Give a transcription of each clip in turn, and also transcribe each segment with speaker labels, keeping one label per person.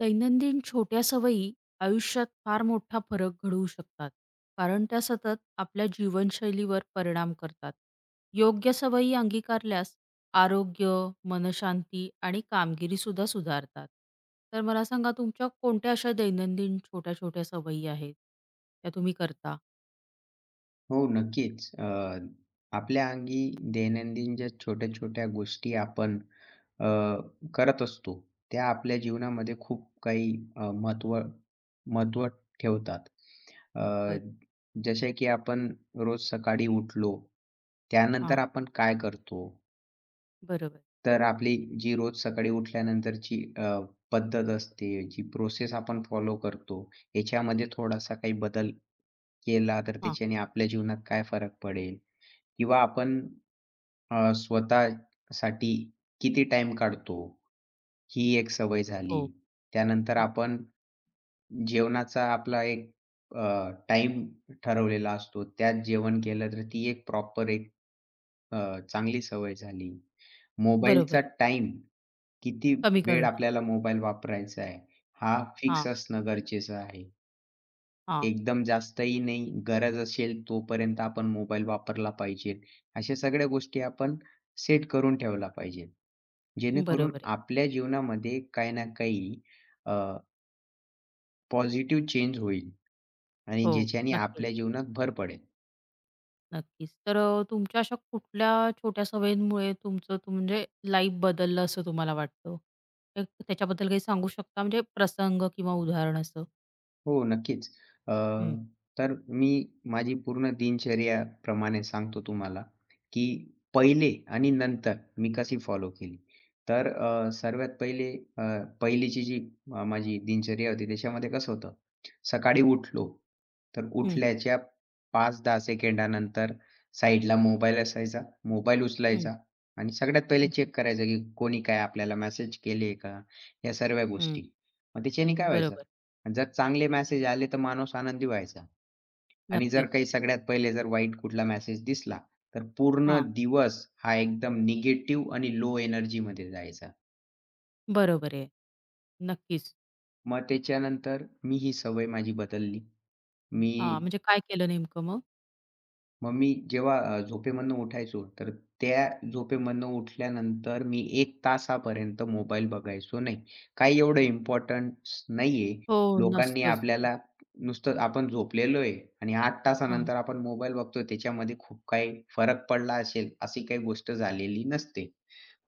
Speaker 1: दैनंदिन छोट्या सवयी आयुष्यात फार मोठा फरक घडवू शकतात कारण त्या सतत आपल्या जीवनशैलीवर परिणाम करतात. योग्य सवयी अंगीकारल्यास आरोग्य, मनशांती आणि कामगिरीसुद्धा सुधारतात. तर मला सांगा तुमच्या कोणत्या अशा दैनंदिन छोट्या-छोट्या सवयी आहेत, त्या तुम्ही करता?
Speaker 2: हो, नक्कीच. आपल्या अंगी दैनंदिन ज्या छोट्या-छोट्या गोष्टी आपण अ, करत असतो, त्या आपल्या जीवनामध्ये खूप काही महत्त्व महत्त्व ठेवतात. अ,
Speaker 1: बरं.
Speaker 2: जसे की आपण रोज सकाळी उठलो,
Speaker 1: हां,
Speaker 2: त्यानंतर आपण काय करतो?
Speaker 1: बरोबर.
Speaker 2: तर आपली जी रोज सकाळी उठल्यानंतरची पद्धत असते, जी प्रोसेस आपण फॉलो करतो, याच्यामध्ये थोडासा काही बदल केला, तर
Speaker 1: हां,
Speaker 2: त्याच्याने आपल्या जीवनात काय फरक पडेल? किंवा आपण स्वतःसाठी किती टाइम काढतो, ही एक सवय
Speaker 1: हो.
Speaker 2: झाली. त्यानंतर
Speaker 1: हां,
Speaker 2: आपण जेवणाचा आपला एक टाईम ठरवलेला असतो. त्यात जेवण केलं तर ती एक प्रॉपर एक चांगली सवय झाली. मोबाईलचा
Speaker 1: बरोबर आहे.
Speaker 2: टाईम, किती
Speaker 1: कमी
Speaker 2: वेळ
Speaker 1: करणं.
Speaker 2: आपल्याला मोबाईल वापरायचा आहे, हा फिक्स
Speaker 1: हां,
Speaker 2: असणं गरजेचं आहे.
Speaker 1: हां.
Speaker 2: एकदम जास्तही नाही, गरज असेल तोपर्यंत आपण मोबाईल वापरला पाहिजे. अशा सगळ्या गोष्टी आपण सेट करून ठेवला पाहिजे. जेणेकरून
Speaker 1: बरोबर आहे.
Speaker 2: आपल्या जीवनामध्ये काही ना काही अ, पॉझिटिव्ह चेंज होईल आणि
Speaker 1: हो,
Speaker 2: ज्याच्याने
Speaker 1: नक्कीच.
Speaker 2: आपल्या जीवनात भर पडेल.
Speaker 1: नक्कीच. तर तुमच्या अशा कुठल्या छोट्या सवयींमुळे तुमचं म्हणजे लाईफ बदललं असं तुम्हाला वाटतं? तर त्याच्याबद्दल काही सांगू शकता? म्हणजे प्रसंग किंवा उदाहरण असं?
Speaker 2: हो, नक्कीच. अ,
Speaker 1: हं,
Speaker 2: तर मी माझी पूर्ण दिनचर्याप्रमाणे सांगतो तुम्हाला, की पहिले आणि नंतर मी कशी फॉलो केली. तर सर्वात पहिले अ, पहिलीची जी माझी दिनचर्या होती त्याच्यामध्ये कसं होतं, सकाळी उठलो, तर
Speaker 1: हं,
Speaker 2: उठल्याच्या 5-10 सेकंदानंतर साईडला मोबाईल असायचा, मोबाईल
Speaker 1: हं,
Speaker 2: उचलायचा आणि सगळ्यात पहिले
Speaker 1: हं,
Speaker 2: चेक करायचं, की कोणी काय आपल्याला मेसेज केले का, या सर्व
Speaker 1: हं.
Speaker 2: गोष्टी. मग त्याच्याने काय
Speaker 1: बरोबर.
Speaker 2: व्हायचं, जर चांगले मेसेज आले, तर माणूस आनंदी व्हायचा आणि जर
Speaker 1: नक्कीच.
Speaker 2: काही सगळ्यात पहिले जर वाईट कुठला मेसेज दिसला, तर पूर्ण
Speaker 1: हां.
Speaker 2: दिवस हा एकदम निगेटिव्ह आणि लो एनर्जीमध्ये जायचा.
Speaker 1: बरोबर आहे. नक्कीच.
Speaker 2: मग त्याच्यानंतर मी ही सवय माझी बदलली. मी
Speaker 1: हां, म्हणजे काय केलं नेमकं मग?
Speaker 2: मग मी जेव्हा झोपेमधनं उठायचो, तर त्या झोपेमधनं उठल्यानंतर मी 1 तासापर्यंत मोबाईल बघायचो नाही. काही एवढं इम्पोर्टन्स नाहीये.
Speaker 1: हो,
Speaker 2: लोकांनी
Speaker 1: नसतंच.
Speaker 2: आपल्याला नुसतं आपण झोपलेलो आहे आणि 8
Speaker 1: हां.
Speaker 2: तासानंतर आपण मोबाईल बघतोय त्याच्यामध्ये खूप काही फरक पडला असेल, अशी काही गोष्ट झालेली नसते.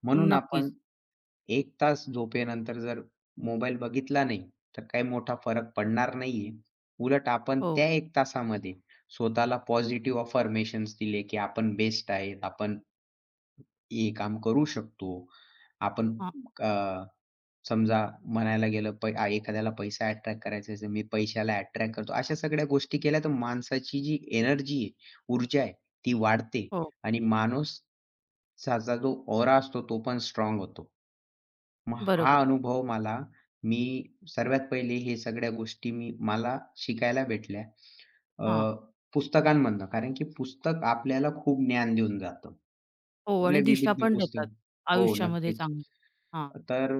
Speaker 2: म्हणून आपण
Speaker 1: नक्कीच.
Speaker 2: 1 तास झोपेनंतर जर मोबाईल बघितला नाही, तर काही मोठा फरक पडणार नाहीये. उलट आपण
Speaker 1: हो.
Speaker 2: त्या 1 तासामध्ये स्वतःला पॉझिटिव्ह अफर्मेशन्स दिले, की आपण बेस्ट आहेत, आपण हे काम करू शकतो. आपण
Speaker 1: हां.
Speaker 2: अ, समजा म्हणायला गेलं एखाद्याला पैसा अट्रॅक्ट करायचा असेल, मी पैशाला अट्रॅक्ट करतो. अशा सगळ्या गोष्टी केल्या तर माणसाची जी एनर्जी आहे, ऊर्जा आहे ती वाढते
Speaker 1: हो.
Speaker 2: आणि माणूस त्याचा जो ऑरा असतो तो पण स्ट्राँग होतो. मग हा
Speaker 1: बरोबर आहे.
Speaker 2: अनुभव मला, मी सर्वात पहिले हे सगळ्या गोष्टी मी मला शिकायला भेटल्या अ,
Speaker 1: हां.
Speaker 2: पुस्तकांमधनं. कारण की पुस्तक आपल्याला खूप ज्ञान देऊन जातं.
Speaker 1: हो आणि
Speaker 2: कुठले
Speaker 1: दिशा
Speaker 2: विविध
Speaker 1: पण
Speaker 2: पुस्तक
Speaker 1: देतात
Speaker 2: हो,
Speaker 1: आयुष्यामध्ये
Speaker 2: नक्कीच.
Speaker 1: चांगली. हां,
Speaker 2: तर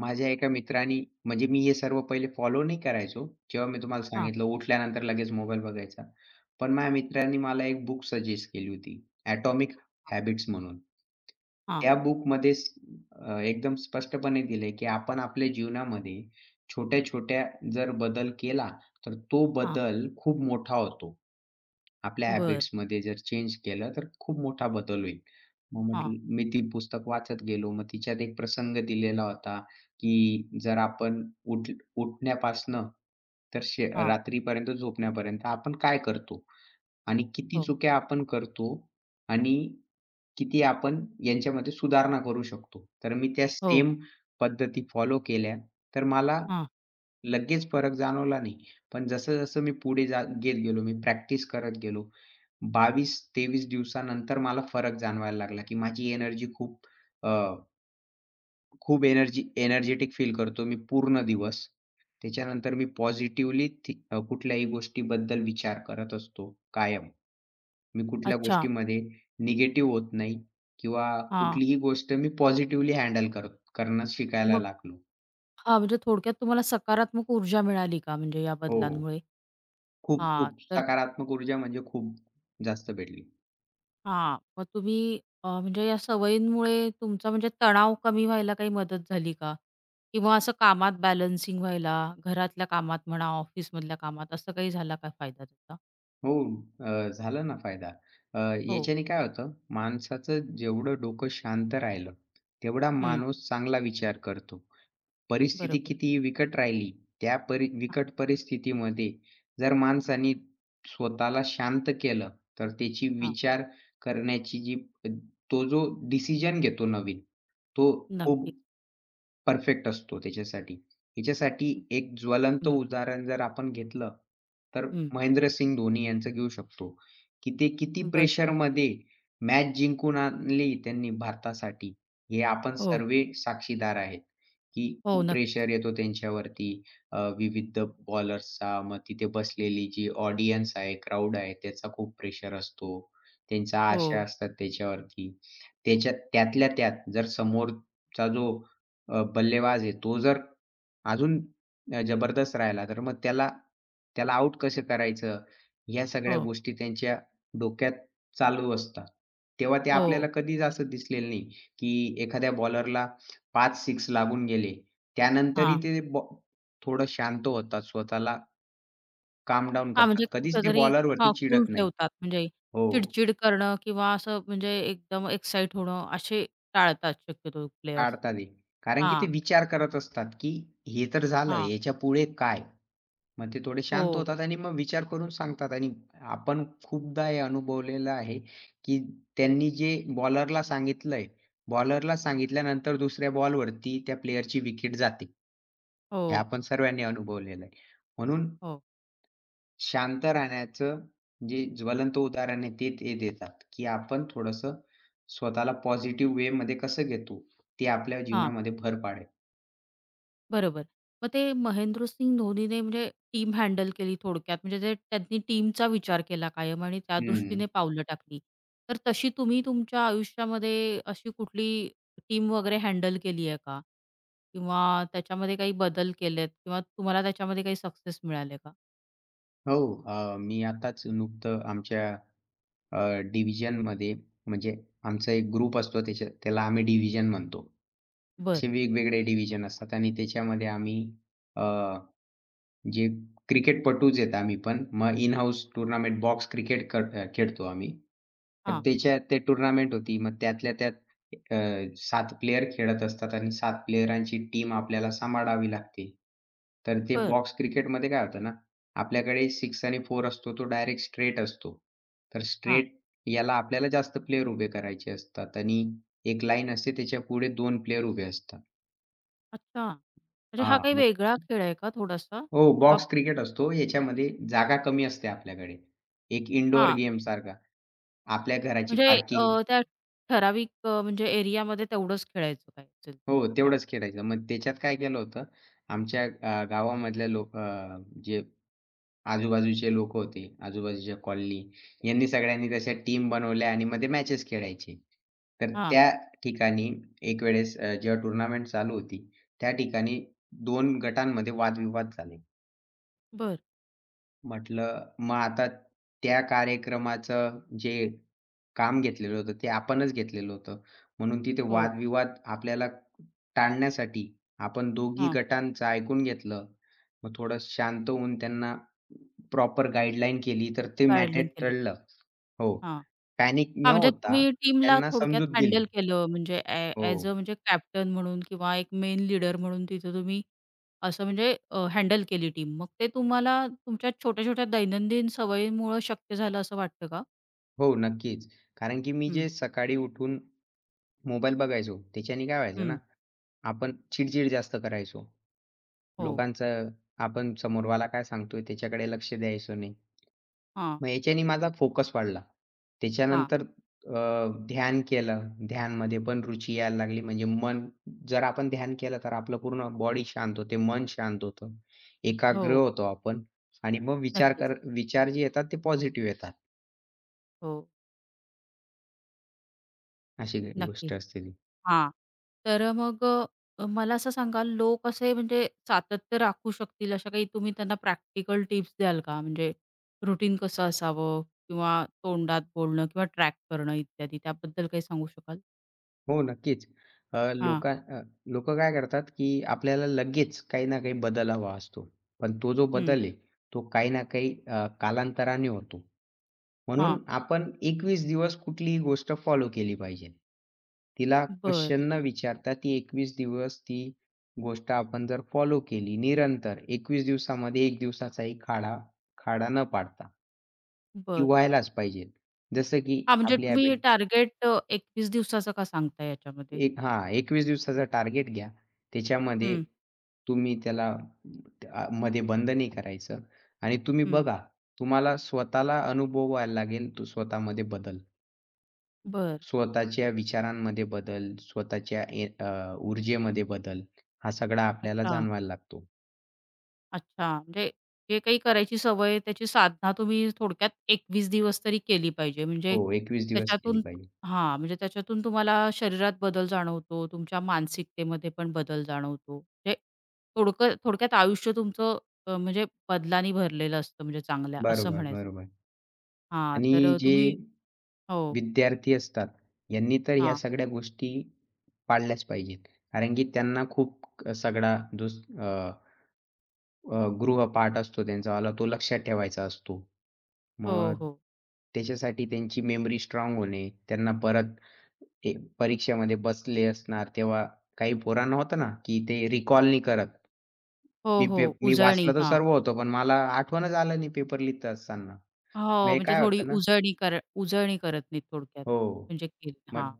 Speaker 2: माझ्या एका मित्राने म्हणजे मी हे सर्व पहिले फॉलो नाही करायचो. जेव्हा मी तुम्हाला
Speaker 1: हां,
Speaker 2: सांगितलं उठल्यानंतर लगेच मोबाईल बघायचा. पण माझ्या मित्रांनी मला एक बुक सजेस्ट केली होती. Atomic
Speaker 1: हां,
Speaker 2: Habits म्हणून.
Speaker 1: हां,
Speaker 2: त्या बुकमध्ये एकदम स्पष्टपणे दिलंय, की आपण आपल्या जीवनामध्ये छोट्या-छोट्या जर बदल केला, तर तो
Speaker 1: हां.
Speaker 2: बदल खूप मोठा होतो. आपल्या
Speaker 1: बरं.
Speaker 2: हॅबिट्समध्ये जर चेंज केलं, तर खूप मोठा बदल होईल. मग
Speaker 1: हां,
Speaker 2: म्हटलं मी ती पुस्तक वाचत गेलो. मग तिच्यात एक प्रसंग दिलेला होता, की जर आपण उठ उठण्यापासनं तर
Speaker 1: हां.
Speaker 2: रात्रीपर्यंत झोपण्यापर्यंत आपण काय करतो? आणि किती
Speaker 1: हो.
Speaker 2: चुक्या आपण करतो आणि किती आपण यांच्यामध्ये सुधारणा करू शकतो. तर मी त्या
Speaker 1: हो,
Speaker 2: सेम पद्धती फॉलो केल्या, तर मला
Speaker 1: हां.
Speaker 2: लगेच फरक जाणवला नाही. पण जसं-जसं मी पुढे घेत गेलो, मी प्रॅक्टिस करत गेलो. 22-23 दिवसानंतर मला फरक जाणवायला लागला, की माझी एनर्जी खूप अ, खूप एनर्जी एनर्जेटिक फील करतो मी पूर्ण दिवस. त्याच्यानंतर मी पॉझिटिव्हली कुठल्याही गोष्टीबद्दल विचार करत असतो कायम. मी कुठल्या
Speaker 1: अच्छा.
Speaker 2: गोष्टीमध्ये निगेटिव्ह होत नाही किंवा
Speaker 1: हां.
Speaker 2: कुठलीही गोष्ट मी पॉझिटिव्हली हँडल कर करणं शिकायला
Speaker 1: मग
Speaker 2: लागलो.
Speaker 1: हां, म्हणजे थोडक्यात तुम्हाला सकारात्मक ऊर्जा मिळाली का म्हणजे या
Speaker 2: हो.
Speaker 1: बदलांमुळे? हां,
Speaker 2: खूप-खूप
Speaker 1: तर
Speaker 2: सकारात्मक ऊर्जा म्हणजे खूप जास्त भेटली.
Speaker 1: हां, मग तुम्ही म्हणजे या सवयींमुळे तुमचा म्हणजे तणाव कमी व्हायला काही मदत झाली का? किंवा असं कामात बॅलन्सिंग व्हायला, घरातल्या कामात म्हणा, ऑफिसमधल्या कामात असं काही झाला का फायदा त्याचा?
Speaker 2: हो. अ, झाला ना फायदा. अ,
Speaker 1: हो.
Speaker 2: याच्याने काय होतं, माणसाचं जेवढं डोकं शांत राहिलं, तेवढा
Speaker 1: हं.
Speaker 2: माणूस चांगला विचार करतो. परिस्थिती
Speaker 1: बरोबर.
Speaker 2: कितीही बिकट राहिली, त्या बिकट परिस्थितीमध्ये जर माणसाने स्वतःला शांत केलं, तर त्याची
Speaker 1: हां.
Speaker 2: विचार करण्याची जी तो जो डिसिजन घेतो नवीन, तो खूप
Speaker 1: नक्कीच.
Speaker 2: परफेक्ट असतो त्याच्यासाठी. हिच्यासाठी एक ज्वलंत
Speaker 1: हं,
Speaker 2: उदाहरण जर आपण घेतलं, तर
Speaker 1: हं.
Speaker 2: महेंद्रसिंग धोनी यांचं घेऊ शकतो, की ते किती
Speaker 1: बरं.
Speaker 2: प्रेशरमध्ये मॅच जिंकून आणली त्यांनी भारतासाठी. हे आपण
Speaker 1: हो,
Speaker 2: सर्व साक्षीदार आहेत, की
Speaker 1: हो.
Speaker 2: खूप
Speaker 1: नक्कीच.
Speaker 2: प्रेशर येतो त्यांच्यावरती. विविध बॉलर्सचा मग तिथे बसलेली जी ऑडियन्स आहे, क्राउड आहे त्याचा खूप प्रेशर असतो. त्यांच्या
Speaker 1: हो,
Speaker 2: आशा असतात त्याच्यावरती. त्याच्यात त्यातल्या त्यात जर समोरचा जो बल्लेबाज आहे, तो जर अजून जबरदस्त राहिला, तर मग त्याला त्याला आउट कसं करायचं? या सगळ्या
Speaker 1: हो,
Speaker 2: गोष्टी त्यांच्या डोक्यात चालू असतात. तेव्हा ते आपल्याला
Speaker 1: हो.
Speaker 2: कधीच असं दिसलेलं नाही, की एखाद्या बॉलरला 5 सिक्स लागून गेले. त्यानंतरही
Speaker 1: हां.
Speaker 2: ते बॉ थोडं शांत होतात, स्वतःला काम डाउन
Speaker 1: हां, म्हणजे
Speaker 2: करतात. कधीच ते
Speaker 1: कुठेतरी
Speaker 2: बॉलरवरती
Speaker 1: हां, कूल
Speaker 2: चिडत नाही.
Speaker 1: ठेवतात. म्हणजे
Speaker 2: हो,
Speaker 1: चिडचिड करणं किंवा असं म्हणजे एकदम एक्साईट होणं असे टाळतात शक्यतो प्लेयर्स.
Speaker 2: टाळतात हे. कारण की
Speaker 1: हां,
Speaker 2: ते विचार करत असतात, की हे तर झालं,
Speaker 1: हां.
Speaker 2: याच्यापुढे काय? मग ते थोडे शांत
Speaker 1: हो,
Speaker 2: होतात आणि मग विचार करून सांगतात आणि आपण खूपदा हे अनुभवलेलं आहे, की त्यांनी जे बॉलरला सांगितलंय, बॉलरला सांगितल्यानंतर दुसऱ्या बॉलवरती त्या प्लेयरची विकेट जाते. हे
Speaker 1: हो,
Speaker 2: आपण सर्वांनी अनुभवलेलं आहे. म्हणून
Speaker 1: हो.
Speaker 2: शांत राहण्याचं जे ज्वलंत उदाहरण आहे ते ते देतात, की आपण थोडंसं स्वतःला पॉझिटिव्ह वेमध्ये कसं घेतो, ते आपल्या
Speaker 1: हां.
Speaker 2: जीवनामध्ये भर पाडेल.
Speaker 1: बरोबर. मग ते महेंद्रसिंग धोनीने म्हणजे टीम हँडल केली थोडक्यात. म्हणजे ते त्यांनी टीमचा विचार केला कायम आणि त्या
Speaker 2: हं.
Speaker 1: दृष्टीने पावलं टाकली. तर तशी तुम्ही तुमच्या आयुष्यामध्ये अशी कुठली टीम वगैरे हँडल केली आहे का? किंवा त्याच्यामध्ये काही बदल केलेत किंवा तुम्हाला त्याच्यामध्ये काही सक्सेस मिळाले का?
Speaker 2: हो. अ, मी आताच नुकतं आमच्या अ, डिव्हिजनमध्ये म्हणजे आमचा एक ग्रुप असतो त्याच्या त्याला आम्ही डिव्हिजन म्हणतो.
Speaker 1: बरं.
Speaker 2: असे वेगवेगळे डिव्हिजन असतात आणि त्याच्यामध्ये आम्ही अ, जे क्रिकेटपटूच आहेत आम्ही पण. मग in house tournament box cricket खेळतो आम्ही. तर
Speaker 1: हां.
Speaker 2: त्याच्या ते टूर्नामेंट होती. मग त्यातल्या त्यात अ, 7 प्लेयर खेळत असतात आणि 7 प्लेयरांची टीम आपल्याला सांभाळावी लागते. तर ते
Speaker 1: बरं.
Speaker 2: बॉक्स क्रिकेटमध्ये काय होतं ना, आपल्याकडे 6 आणि 4 असतो, तो डायरेक्ट स्ट्रेट असतो. तर
Speaker 1: हां.
Speaker 2: स्ट्रेट याला आपल्याला जास्त प्लेयर उभे करायचे असतात आणि एक लाईन असते त्याच्यापुढे 2 प्लेयर उभे असतात.
Speaker 1: अच्छा. म्हणजे हा
Speaker 2: हां,
Speaker 1: काही
Speaker 2: मग
Speaker 1: वेगळा खेळ आहे का थोडासा?
Speaker 2: हो,
Speaker 1: का
Speaker 2: बॉक्स क्रिकेट असतो. याच्यामध्ये जागा कमी असते आपल्याकडे. एक इनडोअर
Speaker 1: हां.
Speaker 2: गेमसारखा. आपल्या घराची
Speaker 1: म्हणजे
Speaker 2: पार्किंग
Speaker 1: त्या ठराविक म्हणजे एरियामध्ये तेवढंच खेळायचं काय असेल?
Speaker 2: हो,
Speaker 1: हां.
Speaker 2: तेवढंच खेळायचं. मग त्याच्यात काय केलं होतं, आमच्या गावामधल्या लोक जे आजूबाजूचे लोक होते, आजूबाजूच्या कॉलनी, यांनी सगळ्यांनी तशा टीम बनवल्या आणि मग मॅचेस खेळायचे. तर
Speaker 1: हां,
Speaker 2: त्या ठिकाणी एक वेळेस जेव्हा टुर्नामेंट चालू होती, त्या ठिकाणी 2 गटांमध्ये वादविवाद झाले.
Speaker 1: बर,
Speaker 2: म्हटलं मग आता त्या कार्यक्रमाचं जे काम घेतलेलं होतं, ते आपणच घेतलेलं होतं. म्हणून तिथे
Speaker 1: हो.
Speaker 2: वादविवाद आपल्याला टाळण्यासाठी आपण दोघी
Speaker 1: हां,
Speaker 2: गटांचं ऐकून घेतलं. मग थोडं शांत होऊन त्यांना प्रॉपर गाईडलाईन केली, तर ते मॅटर
Speaker 1: गाईडलाईन केली.
Speaker 2: टळलं. हो.
Speaker 1: हां.
Speaker 2: पॅनिक न
Speaker 1: हां, म्हणजे
Speaker 2: होता
Speaker 1: तुम्ही टीमला
Speaker 2: त्यांना
Speaker 1: थोडक्यात
Speaker 2: समजूत
Speaker 1: हँडल
Speaker 2: दिली.
Speaker 1: केलं म्हणजे
Speaker 2: हो.
Speaker 1: ॲज अ म्हणजे कॅप्टन म्हणून किंवा एक मेन लीडर म्हणून तिथे तुम्ही असं म्हणजे हँडल केली टीम. मग ते तुम्हाला तुमच्या छोट्या-छोट्या दैनंदिन सवयीमुळं शक्य झालं असं वाटतं का?
Speaker 2: हो, नक्कीच. कारण की मी
Speaker 1: हं,
Speaker 2: जे सकाळी उठून मोबाईल बघायचो, त्याच्याने काय व्हायचं
Speaker 1: हं.
Speaker 2: ना, आपण चिड जास्त करायचो.
Speaker 1: हो.
Speaker 2: लोकांचं आपण समोरवाला काय सांगतोय त्याच्याकडे लक्ष द्यायचो नाही.
Speaker 1: हां,
Speaker 2: मग याच्याने माझा फोकस वाढला.
Speaker 1: हां.
Speaker 2: त्याच्यानंतर ध्यान केलं. ध्यानमध्ये पण रुची यायला लागली. म्हणजे मन जर आपण ध्यान केलं तर आपलं पूर्ण बॉडी शांत होते, मन शांत होतं, एकाग्र
Speaker 1: हो,
Speaker 2: होतो आपण आणि मग
Speaker 1: नक्कीच.
Speaker 2: विचार जे येतात ते पॉझिटिव्ह येतात.
Speaker 1: हो,
Speaker 2: अशी काही गोष्ट
Speaker 1: नक्कीच.
Speaker 2: असते ती.
Speaker 1: हां. तर मग मला असं सांगा लोक असे म्हणजे सातत्य राखू शकतील अशा काही तुम्ही त्यांना प्रॅक्टिकल टिप्स द्याल का? म्हणजे रुटीन कसं असावं किंवा तोंडात बोलणं किंवा ट्रॅक करणं इत्यादी त्याबद्दल काही सांगू शकाल?
Speaker 2: हो, नक्कीच. अ,
Speaker 1: हां,
Speaker 2: लोका अ, लोकं काय करतात, की आपल्याला लगेच काही ना काही बदल हवा असतो. पण तो जो
Speaker 1: हं,
Speaker 2: बदल आहे, तो काही ना काही कालांतराने होतो.
Speaker 1: हां.
Speaker 2: म्हणून आपण 21 दिवस कुठलीही गोष्ट फॉलो केली पाहिजे. तिला
Speaker 1: बरं,
Speaker 2: क्वेशन न विचारता ती 21 दिवस ती गोष्ट आपण जर फॉलो केली निरंतर 21 दिवसामध्ये 1 दिवसाचाही खाडा खाडा न पाडता, ती
Speaker 1: बरं.
Speaker 2: व्हायलाच पाहिजे. जसं की
Speaker 1: हां, म्हणजे
Speaker 2: आपली
Speaker 1: तुम्ही
Speaker 2: हॅबिट
Speaker 1: टार्गेट 21 दिवसाचं का सांगताय याच्यामध्ये?
Speaker 2: एक हां, 21 दिवसाचा टार्गेट घ्या. त्याच्यामध्ये
Speaker 1: हं,
Speaker 2: तुम्ही त्याला मध्ये बंद नाही करायचं आणि तुम्ही
Speaker 1: हं.
Speaker 2: बघा, तुम्हाला स्वतःला अनुभवायला लागेल तो स्वतःमध्ये बदल.
Speaker 1: बरं.
Speaker 2: स्वतःच्या विचारांमध्ये बदल, स्वतःच्या ऊर्जेमध्ये बदल हा सगळा आपल्याला
Speaker 1: अच्छा.
Speaker 2: जाणवायला लागतो.
Speaker 1: अच्छा. म्हणजे जे काही करायची सवय आहे, त्याची साधना तुम्ही थोडक्यात 21 दिवस तरी केली पाहिजे. म्हणजे
Speaker 2: हो, 21 दिवस केली
Speaker 1: त्याच्यातून
Speaker 2: पाहिजे.
Speaker 1: हां, म्हणजे त्याच्यातून तुम्हाला शरीरात बदल जाणवतो, तुमच्या मानसिकतेमध्ये पण बदल जाणवतो. म्हणजे थोडक्यात आयुष्य तुमचं म्हणजे बदलांनी भरलेलं असतं म्हणजे चांगल्या असं
Speaker 2: बरोबर,
Speaker 1: म्हणायचं.
Speaker 2: बरोबर.
Speaker 1: हां,
Speaker 2: आणि
Speaker 1: तर
Speaker 2: जे
Speaker 1: तुम्ही हो.
Speaker 2: विद्यार्थी असतात, यांनी तर ह्या
Speaker 1: हां.
Speaker 2: सगळ्या गोष्टी पाळल्याच पाहिजेत. कारण की त्यांना खूप सगळा जो स- अ, अ, गृहपाठ असतो त्यांचावाला तो लक्षात ठेवायचा असतो.
Speaker 1: हो,
Speaker 2: मग
Speaker 1: हो.
Speaker 2: त्याच्यासाठी त्यांची मेमरी स्ट्राँग होणे, त्यांना परत ए परीक्षेमध्ये बसले असणार तेव्हा काही पोरांना होतं ना, की ते रिकॉल नाही करत.
Speaker 1: हो, हो.
Speaker 2: मी
Speaker 1: उजळणी.
Speaker 2: वाचलं तर
Speaker 1: हां.
Speaker 2: सर्व होतं, पण मला आठवणच आलं नाही पेपर लिहीत असताना. मग
Speaker 1: हो,
Speaker 2: हे
Speaker 1: म्हणजे
Speaker 2: काय
Speaker 1: थोडी
Speaker 2: होतं ना.
Speaker 1: उजळणी करत नाहीत थोडक्यात.
Speaker 2: हो.
Speaker 1: म्हणजे केली. हां,
Speaker 2: मग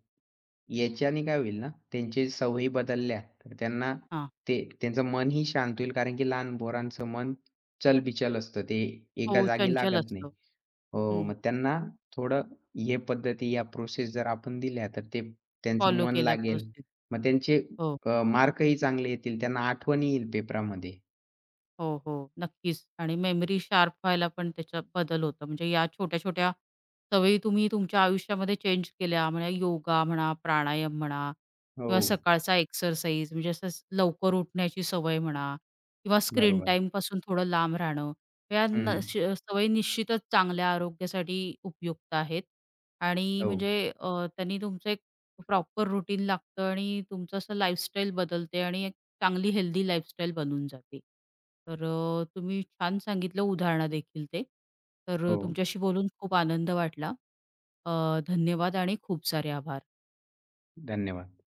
Speaker 2: याच्याने काय होईल ना, त्यांची सवयी बदलल्या तर त्यांना
Speaker 1: हां.
Speaker 2: ते त्यांचं मनही शांत होईल कारण की लहान पोरांचं मन चलबिचल असतं. ते एका
Speaker 1: हो,
Speaker 2: जागी
Speaker 1: चंचल
Speaker 2: लागत नाही.
Speaker 1: असतं.
Speaker 2: हो,
Speaker 1: हं.
Speaker 2: मग त्यांना थोडं हे पद्धती या प्रोसेस जर आपण दिल्या तर ते त्यांचं
Speaker 1: फॉलो
Speaker 2: मन
Speaker 1: केल्या
Speaker 2: लागेल.
Speaker 1: व्यवस्थित.
Speaker 2: मग त्यांचे
Speaker 1: हो,
Speaker 2: मार्कही चांगले येतील. त्यांना आठवण येईल पेपरामध्ये.
Speaker 1: हो, हो. नक्कीच आणि मेमरी शार्प व्हायला पण त्याच्यात बदल होतो. म्हणजे या छोट्या-छोट्या सवयी तुम्ही तुमच्या आयुष्यामध्ये चेंज केल्या म्हणजे योगा म्हणा, प्राणायाम म्हणा
Speaker 2: हो,
Speaker 1: किंवा सकाळचा एक्सरसाइज म्हणजे असं लवकर उठण्याची सवय म्हणा किंवा स्क्रीन
Speaker 2: बरोबर.
Speaker 1: टाईमपासून थोडं लांब राहणं. या
Speaker 2: हं.
Speaker 1: न श सवयी निश्चितच चांगल्या आरोग्यासाठी उपयुक्त आहेत आणि
Speaker 2: हो,
Speaker 1: म्हणजे त्यांनी तुमचं एक प्रॉपर रुटीन लागतं आणि तुमचं असं लाईफस्टाईल बदलते आणि चांगली हेल्दी लाईफस्टाईल बनून जाते. तर तुम्ही छान सांगितलं उदाहरणं देखील ते. तर
Speaker 2: हो.
Speaker 1: तुमच्याशी बोलून खूप आनंद वाटला. धन्यवाद आणि खूप सारे आभार.
Speaker 2: धन्यवाद.